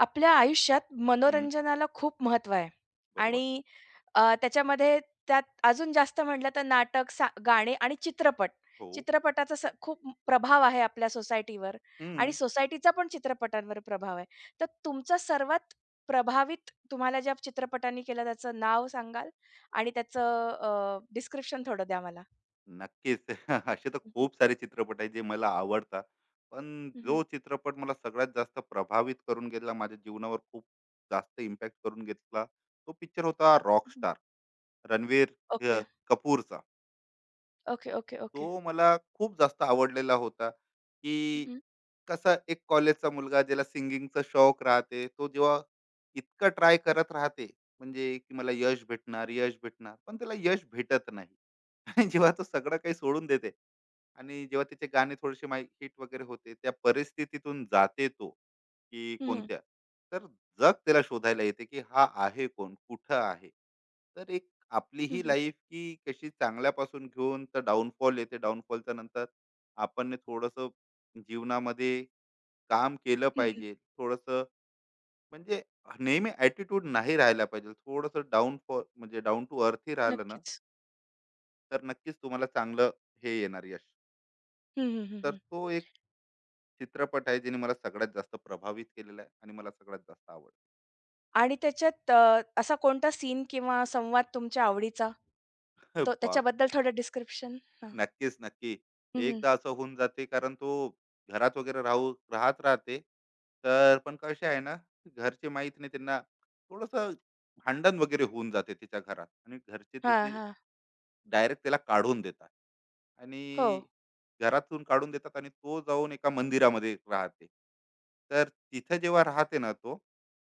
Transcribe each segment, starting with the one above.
आपल्या आयुष्यात हं, मनोरंजनाला खूप महत्त्व आहे बरोबर. आणि त्याच्यामध्ये त्यात अजून जास्त म्हटलं तर नाटक, गाणे आणि चित्रपट. हो. चित्रपटाचा प्रभाव आहे आपल्या सोसायटीवर आणि हं. सोसायटीचा पण चित्रपटांवर प्रभाव आहे. तर तुमचं सर्वात प्रभावित तुम्हाला ज्या चित्रपटांनी केलं त्याचं नाव सांगाल? आणि त्याचं डिस्क्रिप्शन थोडं द्या मला? नक्कीच. असे तर हं, हं. खूप सारे चित्रपट आहेत जे मला आवडतात. पण हं, जो चित्रपट मला सगळ्यात जास्त प्रभावित करून गेला, माझ्या जीवनावर खूप जास्त इम्पॅक्ट करून घेतला, तो पिक्चर होता रॉकस्टार. रणवीर अ, ओके. कपूरचा. Okay, okay, okay. तो मला खूप जास्त आवडलेला होता, हं, की हं. कसं एक कॉलेजचा मुलगा ज्याला सिंगिंगचा शौक राहते तो जेव्हा इतकं ट्राय करत राहते म्हणजे की मला यश भेटणार पण त्याला यश भेटत नाही. आणि जेव्हा तो सगळं काही सोडून देते आणि जेव्हा त्याचे गाणे थोडेसे माही हिट वगैरे होते, त्या परिस्थितीतून जाते तो, की हं, हं. कोणत्या, तर जग त्याला शोधायला येते, की हा आहे कोण? कुठं आहे? तर एक आपली ही लाईफ की कशी चांगल्यापासून घेऊन तर डाउनफॉल येते. डाउनफॉलच्या नंतर आपण थोडंसं जीवनामध्ये काम केलं पाहिजे. थोडंसं म्हणजे नेहमी ॲटिट्यूड नाही राहायला पाहिजे. थोडंसं डाउनफॉल म्हणजे डाउन टू अर्थ राहिलं ना, नक्कीच. तर नक्कीच तुम्हाला चांगलं हे येणार यश. हं, हं, तर हं, तो एक चित्रपट आहे ज्याने मला सगळ्यात जास्त प्रभावित केलेला आहे आणि मला सगळ्यात जास्त आवड. आणि त्याच्यात असा कोणता सीन किंवा संवाद तुमच्या आवडीचा? तो बाप! त्याच्याबद्दल थोडं डिस्क्रिप्शन? हां. नक्कीच, नक्की. हं, हं. एकदा असं होऊन जाते कारण तो घरात वगैरे राहत राहते. तर पण कसे आहे ना, घरचे माहीत नाही त्यांना थोडंसं भांडण वगैरे होऊन जाते तिच्या घरात आणि घरचे हां, तिचे हां. डायरेक्ट त्याला काढून देतात आणि हो. घरातून काढून देतात आणि तो जाऊन एका मंदिरामध्ये राहते. तर तिथं जेव्हा राहते ना तो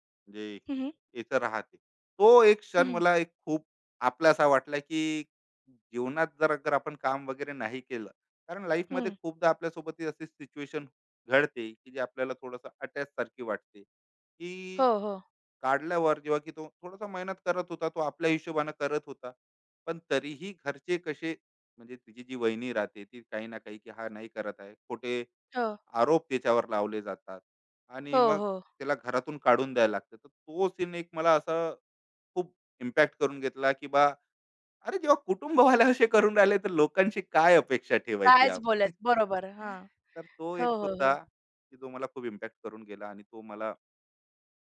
म्हणजे हं, हं. याचं राहते. तो एक क्षण हं, मला एक खूप आपलासा वाटला, की जीवनात जर अगर आपण काम वगैरे नाही केलं, कारण लाईफमध्ये खूपदा आपल्यासोबत अशी सिच्युएशन घडते, की जे आपल्याला थोडंसं अटॅच सारखी वाटते, की हो, हो. काढल्यावर जेव्हा की तो थोडासा मेहनत करत होता, तो आपल्या हिशोबानं करत होता. पण तरीही घरचे कसे म्हणजे तिची जी वहिनी राहते, ती काही ना काही, की हा नाही करत आहे. खोटे हो. आरोप त्याच्यावर लावले जातात हो, आणि मग हो. त्याला घरातून काढून द्यायला लागतं. तर तो सीन एक मला असा खूप इम्पॅक्ट करून घेतला, की बा अरे, जेव्हा कुटुंबवाले असे करून राहिले, तर लोकांची काय अपेक्षा ठेवायची कायच आपण? बोलायचं. बरोबर. हां. तर तो एक हो, हो, हो. होता, की जो मला खूप इम्पॅक्ट करून गेला आणि तो मला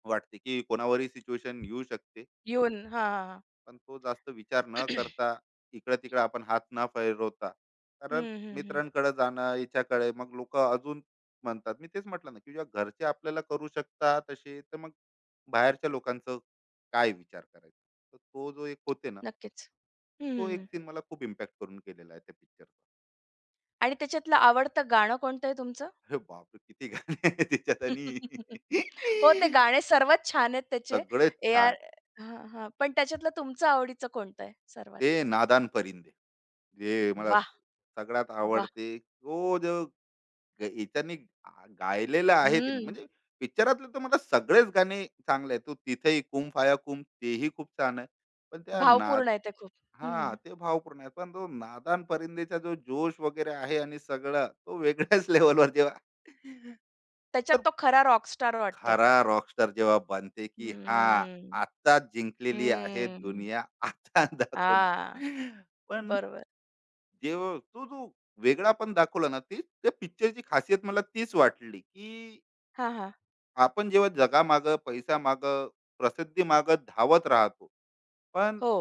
वाटते, की कोणावरही सिच्युएशन येऊ शकते. येऊन हां, हां, हां. पण तो जास्त विचार न करता इकडं तिकडं आपण हात न फिरवता कारण हं, हं, हं. मित्रांकडे जाणं याच्याकडे मग लोक अजून म्हणतात मी तेच म्हटलं ना की जेव्हा घरचे आपल्याला करू शकता तसे तर मग बाहेरच्या लोकांचं काय विचार करायचा तर तो जो एक होते ना तर नक्कीच. हं, तो हं, एक हं. सीन मला खूप इम्पॅक्ट करून केलेला आहे त्या पिक्चरचा. आणि त्याच्यातलं आवडतं गाणं कोणतं आहे तुमचं? अरे बापरे किती गाणे आहे त्याच्यात आणि हो, ते गाणे सर्वात छान आहेत त्याचे. सगळेच ए आर छान. हां, हां. पण त्याच्यातलं तुमचं आवडीचं कोणतं आहे सर्वात? ते नादान परिंदे जे मला वाह! सगळ्यात वाह! आवडते तो जो याच्याने गायलेलं आहे तिने हम्म. म्हणजे पिक्चरातले तर मला सगळेच गाणे चांगले आहेत तू तिथेही कुम फाया कुम तेही खूप छान आहे पण त्या नाद. भावपूर्ण आहे ते खूप. हा हं, ते भावपूर्ण आहे पण तो नादान परिंदेचा जो जोश वगैरे आहे आणि सगळं तो वेगळ्याच लेवलवर जेव्हा त्याच्यात तर तो खरा रॉकस्टार वाटतो. खरा रॉकस्टार जेव्हा बनते की हा हम्म. आता जिंकलेली आहे हम्म. दुनिया आता हां. दाखवणार. पण बरोबर. जेव्हा तो जो वेगळा पण दाखवला ना ती त्या पिक्चरची खासियत मला तीच वाटली की हां, हां. आपण जेव्हा जगामागं, पैशामागं, प्रसिद्धीमागं धावत राहतो. पण हो,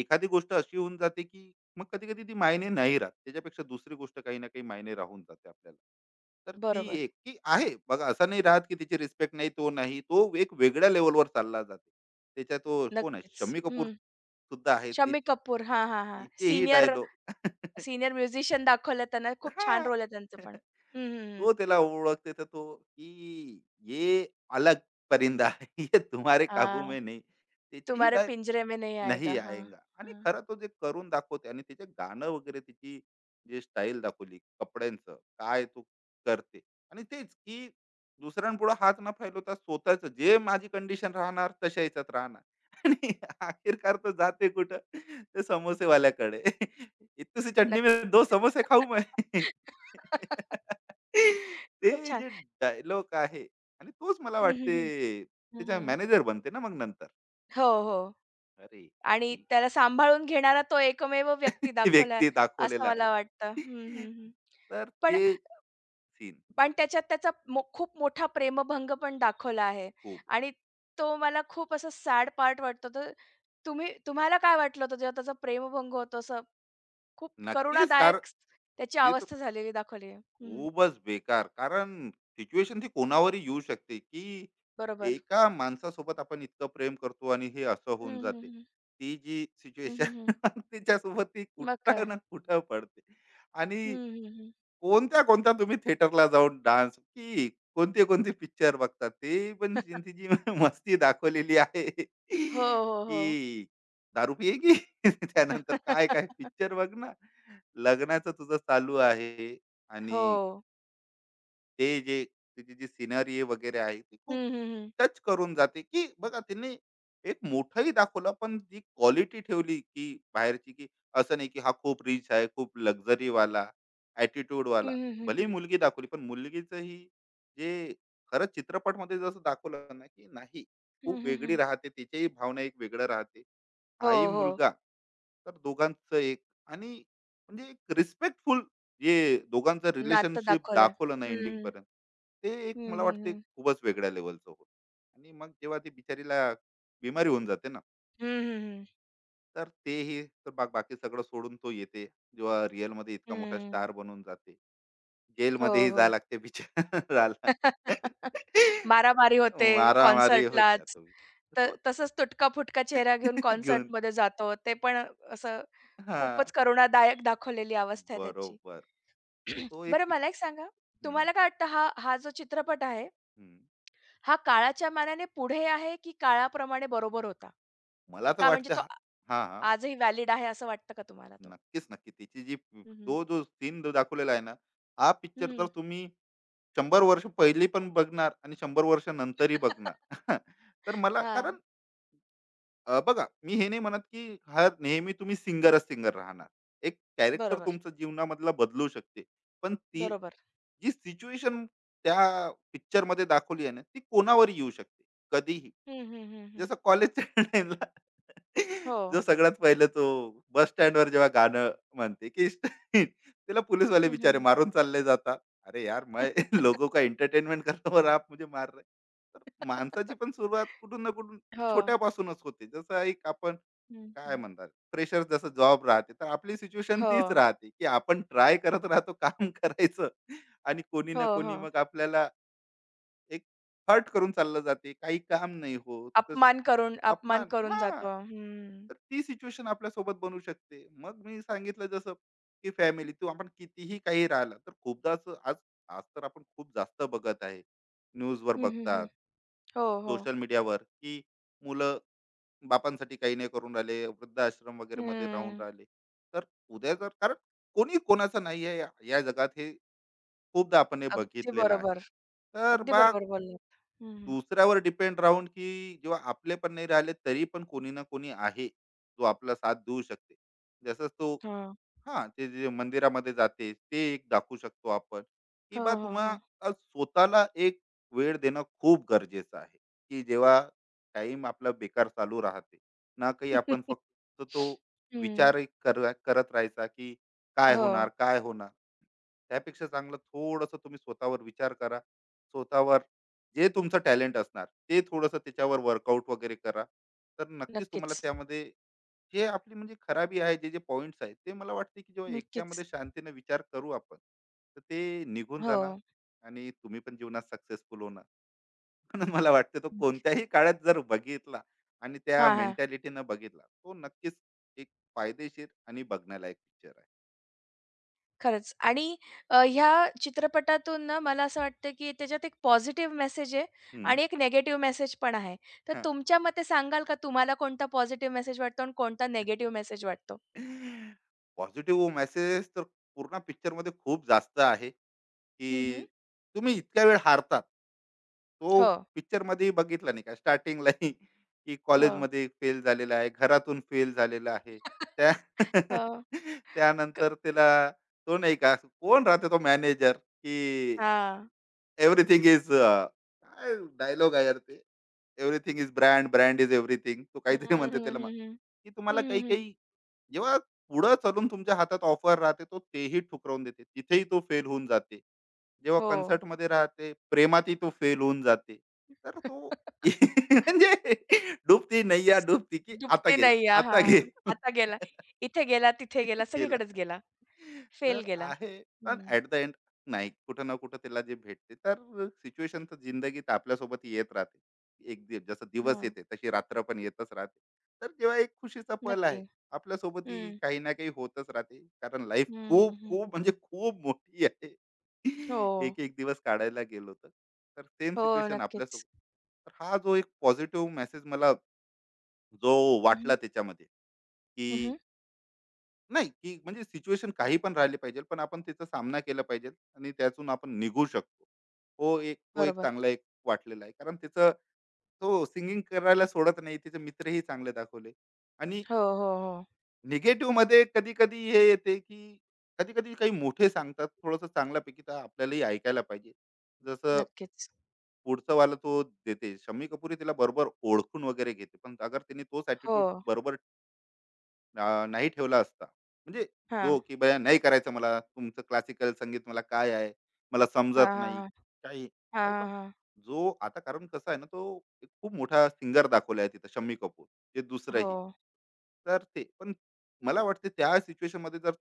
एखादी गोष्ट अशी होऊन जाते, की मग कधी-कधी ती मायने नाही राहत. त्याच्यापेक्षा दुसरी गोष्ट काही ना काही मायने राहून जाते आपल्याला. तर ती बरोबर. एक की आहे बघा असं नाही राहत, की त्याची रिस्पेक्ट नाही, तो नाही. तो एक वेगळ्या लेव्हलवर चालला जाते. त्याच्या तो कोण आहे? नक्कीच. शम्मी कपूर हं. सुद्धा आहे. ती शम्मी कपूर. हां, हां, हां. तिचेही सीनियर डायलॉग. सीनियर म्युझिशियन दाखवलं त्यांना. खूप छान हां. रोल आहे त्यांचं पण. हं, हं, हं. तो त्याला ओळखते तर तो, की ये अलग परिंदा है, ये तुम्हारे काबू हां. में नहीं. त्याची ही तुम्हारे डाय पिंजरे में नहीं आएगा. नाही हां, आएंगा. आणि हां. खरं तो जे करून दाखवते आणि त्याचे गाणं वगैरे त्याची जी स्टाईल दाखवली कपड्यांचं, काय तू करते आणि तेच की दुसऱ्यांपुढे हात न फैलवता स्वतःचं जे माझी कंडिशन राहणार तशा ह्याच्यात राहणार आणि आखिरकार तो जाते कुठं? ते समोसेवाल्याकडे. इतनी सी चटनी नक्की. में 2 समोसे खाऊ मैं. खूप ते छान. जे डायलॉग आहे आणि तोच मला हं, हं, वाटते हं. त्याचा हं, मॅनेजर बनते ना मग नंतर. हो, हो. अरे! आणि ती त्याला सांभाळून घेणारा तो एकमेव व्यक्ती दाखवलाय, व्यक्ती असं दाखवलेला आहे. मला वाटतं. हं, हं, हं. तर पण ते सीन पण त्याच्यात त्याचा खूप मोठा प्रेमभंग पण दाखवला आहे खूप. आणि तो मला खूप असा सॅड पार्ट वाटतो. तर तुम्हाला काय वाटलं होतं जेव्हा त्याचा प्रेमभंग होतो असं? खूप नक्कीच कारण करुणादायक त्याची ते तर अवस्था झालेली दाखवली आहे. हं, खूपच बेकार कारण सिच्युएशन ती कोणावरही येऊ शकते की बरोबर. एका माणसासोबत आपण इतकं प्रेम करतो आणि हे असं हं, होऊन हं, जाते. हं. ती जी हं, हं, सिच्युएशन हं. तिच्यासोबत ती मग काय? कुठं ना कुठं पडते हं, आणि हं, हं. कोणत्या-कोणत्या तुम्ही थिएटरला जाऊन डान्स की कोणते-कोणते पिक्चर बघतात? ते पण त्यांची जी मस्ती दाखवलेली आहे, हो, हो, हो. की दारू पिएगी, त्यानंतर काय-काय पिक्चर बघणं, लग्नाचं तुझं चालू आहे हो. आणि ते जे तिची जी सिनरी वगैरे आहे ती खूप हं, हं, हं. टच करून जाते की बघा त्यांनी एक मोठंही दाखवलं पण जी क्वालिटी ठेवली की बाहेरची की असं नाही की हा खूप रिच आहे खूप luxury वाला ॲटिट्यूड हं, वाला हं, भलेही हं, मुलगी दाखवली पण मुलगीचं ही जे खरं चित्रपटमध्ये जसं दाखवलं ना की नाही हं, खूप हं, वेगळी हं. राहते तिच्याही भावना एक वेगळं राहते हो, हाही हो. मुलगा तर दोघांचं एक आणि म्हणजे एक रिस्पेक्टफुल जे दोघांचं नातं रिलेशनशिप दाखवलंय. दाखवलं ना हं, एंडिंग हं. पर्यंत ते एक हं, मला हं, वाटतं एक हं. खूपच वेगळ्या लेवलचं होतं. आणि मग जेव्हा ती बिचारीला बिमारी होऊन जाते ना हं, हं, तर तेही तर बाकी सगळं सोडून तो येते जेव्हा रिअल मध्ये इतका मोठा स्टार बनून जाते हो, जेलमध्येही हो. जा लागते बिचाराला मारामारी होते मारामारी होत्या कॉन्सर्टलाच. तो. त हो. तसंच तुटका-फुटका चेहरा घेऊन घेऊन कॉन्सर्टमध्ये जातो. ते पण असं हा खूपच करुणादायक दाखवलेली अवस्था आहे त्याची. बरोबर तो एक बरं मला एक सांगा, पिक्चर. तुम्हाला काय वाटतं हा हा जो चित्रपट आहे, हा काळाच्या मानाने पुढे आहे की काळाप्रमाणे बरोबर होता? मला तर का म्हणजे वाटतं हा हां, हां. आजही व्हॅलिड आहे असं वाटतं का तुम्हाला तो? नक्कीच, नक्की. त्याची जी हं, हं. तो जो सीन जो दाखवलेला आहे ना, हा पिक्चर तर तुम्ही 100 वर्ष पहिली पण बघणार आणि 100 वर्ष नंतरही बघणार. तर मला हां. कारण बघा, मी हे नाही म्हणत, की हा नेहमी तुम्ही सिंगरच सिंगर राहणार. एक कॅरेक्टर बरोबर, तुमचं जीवनामधला बदलू शकते. पण ती बरोबर. जी सिच्युएशन त्या पिक्चरमध्ये दाखवली आहे ना, ती कोणावरही येऊ शकते. कधीही. हं, हं, हं, हं. जसं कॉलेजच्या टाईमला हो. जो सगळ्यात पहिलं तो बस स्टँडवर जेव्हा गाणं म्हणते की त्याला पोलीसवाले हं, हं, बिचारे हं. मारून चालले जातात. अरे यार मैं लोगों का एंटरटेनमेंट कर रहा और आप मुझे मार रहे. तर माणसाची पण सुरुवात कुठून ना कुठून हो. छोट्यापासूनच होते. जसं एक आपण हं, काय हं. म्हणतात प्रेशर जसं जॉब राहते तर आपली सिच्युएशन हो, तीच राहते, की आपण ट्राय करत राहतो काम करायचं आणि कोणी हो, ना कोणी हो. मग आपल्याला एक हर्ट करून चाललं जाते. काही काम नाही होत. अपमान करून अपमान अपमान करून हां, जातो. हं. तर ती सिच्युएशन आपल्यासोबत बनू शकते. मग मी सांगितलं जसं, की फॅमिली तू आपण कितीही काही राहिलं, तर खूपदा असं आज आज तर आपण खूप जास्त बघत आहे. न्यूजवर हं, हं, हं. बघतात, हो, हो. सोशल मीडियावर, की मुलं बापांसाठी काही नाही करून राहिले, वृद्धाश्रम वगैरेमध्ये राहून हं. राहिले. तर उद्या जर कारण कोणी कोणाचं नाही आहे या या जगात हे खूपदा आपण हे अगदी बघितलेलं आहे. बरोबर. तर अगदी बा बरोबर बोललात. हं, हं. दुसऱ्यावर डिपेंड राहून की जेव्हा आपले पण नाही राहिले तरी पण कोणी ना कोणी आहे जो आपला साथ देऊ शकते जसंच तो हा ते जे मंदिरामध्ये जाते ते एक दाखवू शकतो आपण की हो, बा हो, हो. तुम्हाला स्वतःला एक वेळ देणं खूप गरजेचं आहे की जेव्हा टाइम आपला बेकार चालू राहते ना काही आपण फक्त तो हं. विचार करत राहायचा की काय हो. होणार काय होणार त्यापेक्षा चांगलं थोडंसं तुम्ही स्वतःवर विचार करा स्वतःवर जे तुमचं टॅलेंट असणार ते थोडंसं त्याच्यावर वर्कआउट वगैरे करा तर नक्कीच तुम्हाला नक्कीच, त्यामध्ये जे आपली म्हणजे खराबी आहे जे जे पॉइंट्स आहेत ते मला वाटते की जेव्हा नक्कीच. एकट्यामध्ये शांतीने विचार करू आपण तर ते निघून हो. जाणार आणि तुम्ही पण जीवनात सक्सेसफुल होणार. म्हणून मला वाटते तो कोणत्याही काळात जर बघितला आणि त्या हां, हां. मेंटॅलिटीनं बघितला तो नक्कीच एक फायदेशीर आणि बघण्यालायक पिक्चर आहे. खरंच आणि ह्या चित्रपटातून ना मला असं वाटतं, की त्याच्यात एक पॉझिटिव्ह मेसेज आहे हम्म. आणि एक निगेटिव्ह मेसेज पण आहे. तर हा. तुमच्या मते सांगाल का तुम्हाला कोणता पॉझिटिव्ह मेसेज वाटतो आणि कोणता निगेटिव्ह मेसेज वाटतो? पॉझिटिव्ह मेसेज तर पूर्ण पिक्चरमध्ये खूप जास्त आहे, हं, की तुम्ही इतक्या वेळ हारतात. तो हो, पिक्चरमध्येही बघितला नाही का स्टार्टिंगलाही की हो. कॉलेजमध्ये फेल झालेला आहे, घरातून फेल झालेला आहे. त्या हो. क त्यानंतर त्याला तो नाही का कोण राहते तो मॅनेजर, की हां. एव्हरीथिंग इज काय डायलॉग आहे यार ते? Everything is brand, brand is everything. तो हं. काहीतरी म्हणते हं, त्याला मग, हं, हं. की हं, तुम्हाला हं, हं. काही-काही जेव्हा पुढं चालून तुमच्या हातात ऑफर राहते, तो तेही ठुकरावून देते. तिथेही तो फेल होऊन जाते. जेव्हा हो. कन्सर्टमध्ये राहते, प्रेमातही तो फेल होऊन जाते. तर तो म्हणजे डुबती नैया डुबती की आता डुबते गेला, नैया. आता हां. गेला. आता गेला. इथे गेला, तिथे गेला, गेला. सगळीकडेच गेला. फेल तर गेला. आहे, पण हं. ॲट द एंड नाही, कुठं ना कुठं त्याला जे भेटते. तर सिच्युएशन तर जिंदगीत आपल्यासोबत येत राहते. एक दि जसा दिवस हां. येते, तशी रात्र पण येतच राहते. तर जेव्हा एक खुशीचा पल नक्की. आहे, आपल्यासोबतही हं. काही ना काही होतच राहते. कारण लाईफ हं, हं, खूप, हं. खूप म्हणजे खूप मोठी आहे. हो. एक एक दिवस काढायला गेलो तर तर सेम हो, सिच्युएशन नक्कीच. आपल्यासोबत तर हा जो एक पॉझिटिव्ह मेसेज मला जो हं, हं. वाटला त्याच्यामध्ये की नाही की म्हणजे सिच्युएशन काही पण राहिली पाहिजे पण आपण त्याचा सामना केला पाहिजे आणि त्यातून आपण निघू शकतो. हो एक तो एक बरोबर. चांगला एक वाटलेला आहे कारण त्याचं तो सिंगिंग करायला सोडत नाही त्याचे मित्रही चांगले दाखवले आणि हो, हो, हो. निगेटिव्ह मध्ये कधी कधी हे येते की कधी कधी काही मोठे सांगतात थोडंसं चांगल्यापैकी तर आपल्यालाही ऐकायला पाहिजे जसं नक्कीच. पुढचा वाला तो देते. शम्मी कपूरही तिला बरोबर ओळखून वगैरे घेते. पण अगर तिने तोच हो. ॲटिट्यूड बरोबर नाही ठेवला असता. म्हणजे हां. जो की बया नाही करायचं मला, तुमचं क्लासिकल संगीत मला काय आहे, मला हां, समजत नाही, हां, हां. काही. अरे हां, हां, पण हां. जो आता कारण कसं आहे ना, तो एक खूप मोठा सिंगर दाखवला आहे तिथं शम्मी कपूर, ते हो. दुसरंही. तर ते पण मला वाटते त्या सिच्युएशनमध्ये जर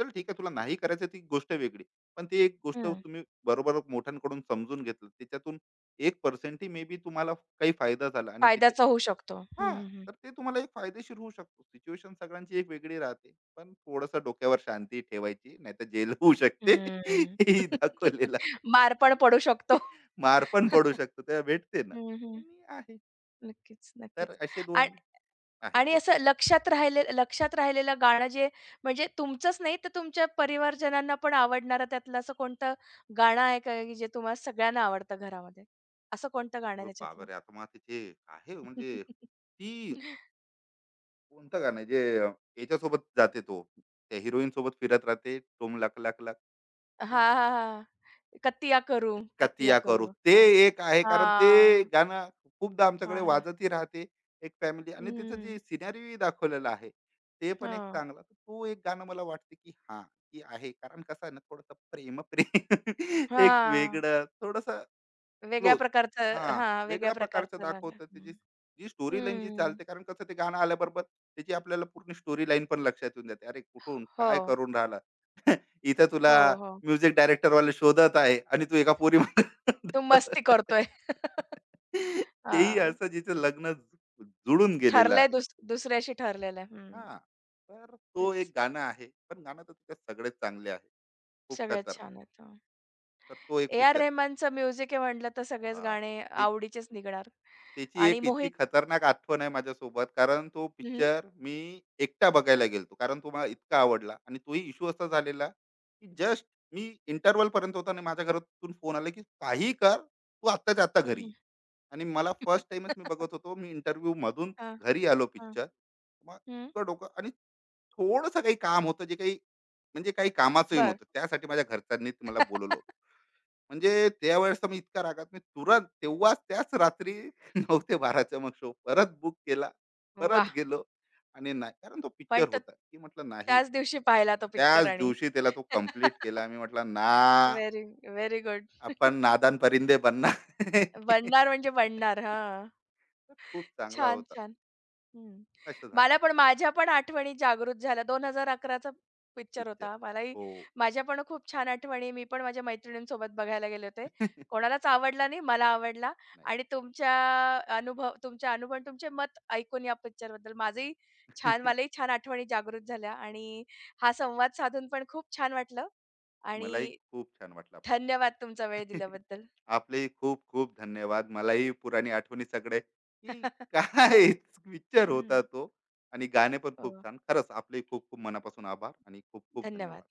चल ठीक आहे तुला नाही करायचं ती गोष्ट वेगळी. पण ती एक गोष्ट हं. तुम्ही बरोबर मोठ्यांकडून समजून घेतलं, त्याच्यातून 1% ही मे बी तुम्हाला काही फायदा झाला आणि त्याच्या फायद्याचा होऊ शकतो. हं, हां, हं, हं. तर ते तुम्हाला एक फायदेशीर होऊ शकतो. सिच्युएशन सगळ्यांची एक वेगळी राहते. पण थोडंसं डोक्यावर शांती ठेवायची, नाहीतर जेल होऊ शकते. हं. हेही दाखवलेलं आहे. मार पण पडू शकतो. मार पण पडू शकतो तेव्हा भेटते ना. हं, हं. आणि आहे. नक्कीच, नक्कीच. तर असे आणि दोन, आहे. आणि बोला. असं लक्षात राहिलेलं गाणं जे म्हणजे तुमचंच नाही तर तुमच्या परिवारजनांना पण आवडणारं त्यातलं असं कोणतं गाणं आहे का, की जे तुम्हाला सगळ्यांना आवडतं घरामध्ये? असं कोणतं गाणं आहे त्याच्यातलं? बाबारे! आता मग तिचे आहे म्हणजे ती हां, कोणतं गाणं आहे जे याच्यासोबत जाते तो, त्या हिरोईन सोबत फिरत राहते. टुम लक लक लक. हां, हां. "कतिया करू कतिया कतिया करू. करूँ." ते हां. एक आहे कारण ते हां. गाणं खूपदा आमच्याकडे हां, हां. वाजतही राहते. एक फॅमिली आणि त्याचं हं. जे सिनेरीओ दाखवलेलं आहे, ते पण एक हो. चांगला. तर तो एक गाणं मला वाटते, की हां, की आहे. कारण कसं आहे ना, थोडंसं प्रेम, प्रेम एक हां. वेगळं थोडंसं वेगळ्या क्लोज. प्रकारचं हां, हां, वेगळ्या वेगळ्या प्रकारचं प्रकारचं झालं. दाखवतं त्याची हं. जी स्टोरी लाईन जी हं. चालते कारण कसं ते गाणं आल्याबरोबर त्याची आपल्याला पूर्ण स्टोरी लाईन पण लक्षात येऊन जाते. अरे कुठून काय हो, करून राहिला? इथं तुला हो, हो. म्युझिक डायरेक्टरवाले शोधत आहे आणि तू एका पोरीमध्ये तो मस्ती करतोय. तेही हां. असं जिचं लग्न जुळून गेलेलं ठरलंय आहे. दुसऱ्याशी ठरलेलं आहे. हं. हां, तर तो तेच. एक गाणं आहे. पण गाणं तर तिच्यात सगळेच चांगले आहे. खूप सगळ्यात खतरनाक. छान आहेत. हं. तर तो एक ए. आर. पिक्चर. रेहमानचं म्युझिक आहे म्हटलं तर सगळेच हां, गाणे आवडीचेच निघणार त्याची आणि एक इतकी मोहित खतरनाक आठवण आहे माझ्यासोबत कारण तो हं, हं. पिक्चर मी एकटा बघायला गेलतो कारण तो मला इतका आवडला आणि तोही इश्यू असा झालेला की जस्ट मी इंटरवल पर्यंत होता आणि माझ्या घरातून फोन आला की काही कर तू आत्ताच्या आत्ता हं, घरी ये." हं. आणि मला फर्स्ट टाइमच मी बघत होतो मी इंटरव्ह्यू मधून हां, घरी आलो हां. पिक्चर मग इतकं डोकं आणि थोडंसं काही काम होतं जे काही म्हणजे काही कामाचंही नव्हतं त्यासाठी माझ्या घरच्यांनीच मला बोलवलं होतं म्हणजे त्यावेळेस तर मी इतका रागात मी तुरंत तेव्हाच त्याच रात्री 9:00 ते 12:00चा मग शो परत बुक केला. परत वाह! गेलो आणि नाही कारण तो पण पिक्चर होता, की म्हटलं नाही. त्याच दिवशी पाहिला तो पिक्चर त्याच आणि दिवशी त्याला तो कंप्लीट केला. मी म्हटलं, "ना, व्हेरी, व्हेरी गुड. आपण नादान परिंदे बनना." बनणार म्हणजे बनणार. हां. खूप चांगला छान, होता. छान. हं. असं झालं मला पण माझ्या पण आठवणी जागृत झाल्या. 2011चा पिक्चर पिक्चर. होता. मलाही हो. माझ्या पण खूप छान आठवणी मी पण माझ्या मैत्रिणींसोबत बघायला गेले होते. कोणालाच आवडला नाही, मला आवडला नाही. आणि तुमच्या तुमचे अनुभव आणि तुमचे मत ऐकून या पिक्चरबद्दल माझंही मलाही छान आठवणी जागृत झाल्या आणि हा संवाद साधून पण खूप छान वाटलं मलाही आणि खूप छान वाटलं आपल्या. धन्यवाद तुमचा वेळ दिल्याबद्दल. आपले खूप खूप धन्यवाद. मलाही पुराणी आठवणी सगळे की काय पिक्चर हं. होता तो आणि गाणे पण खूप हो, छान. खरंच आपलेही खूप खूप मनापासून आभार आणि खूप खूप धन्यवाद. धन्यवाद.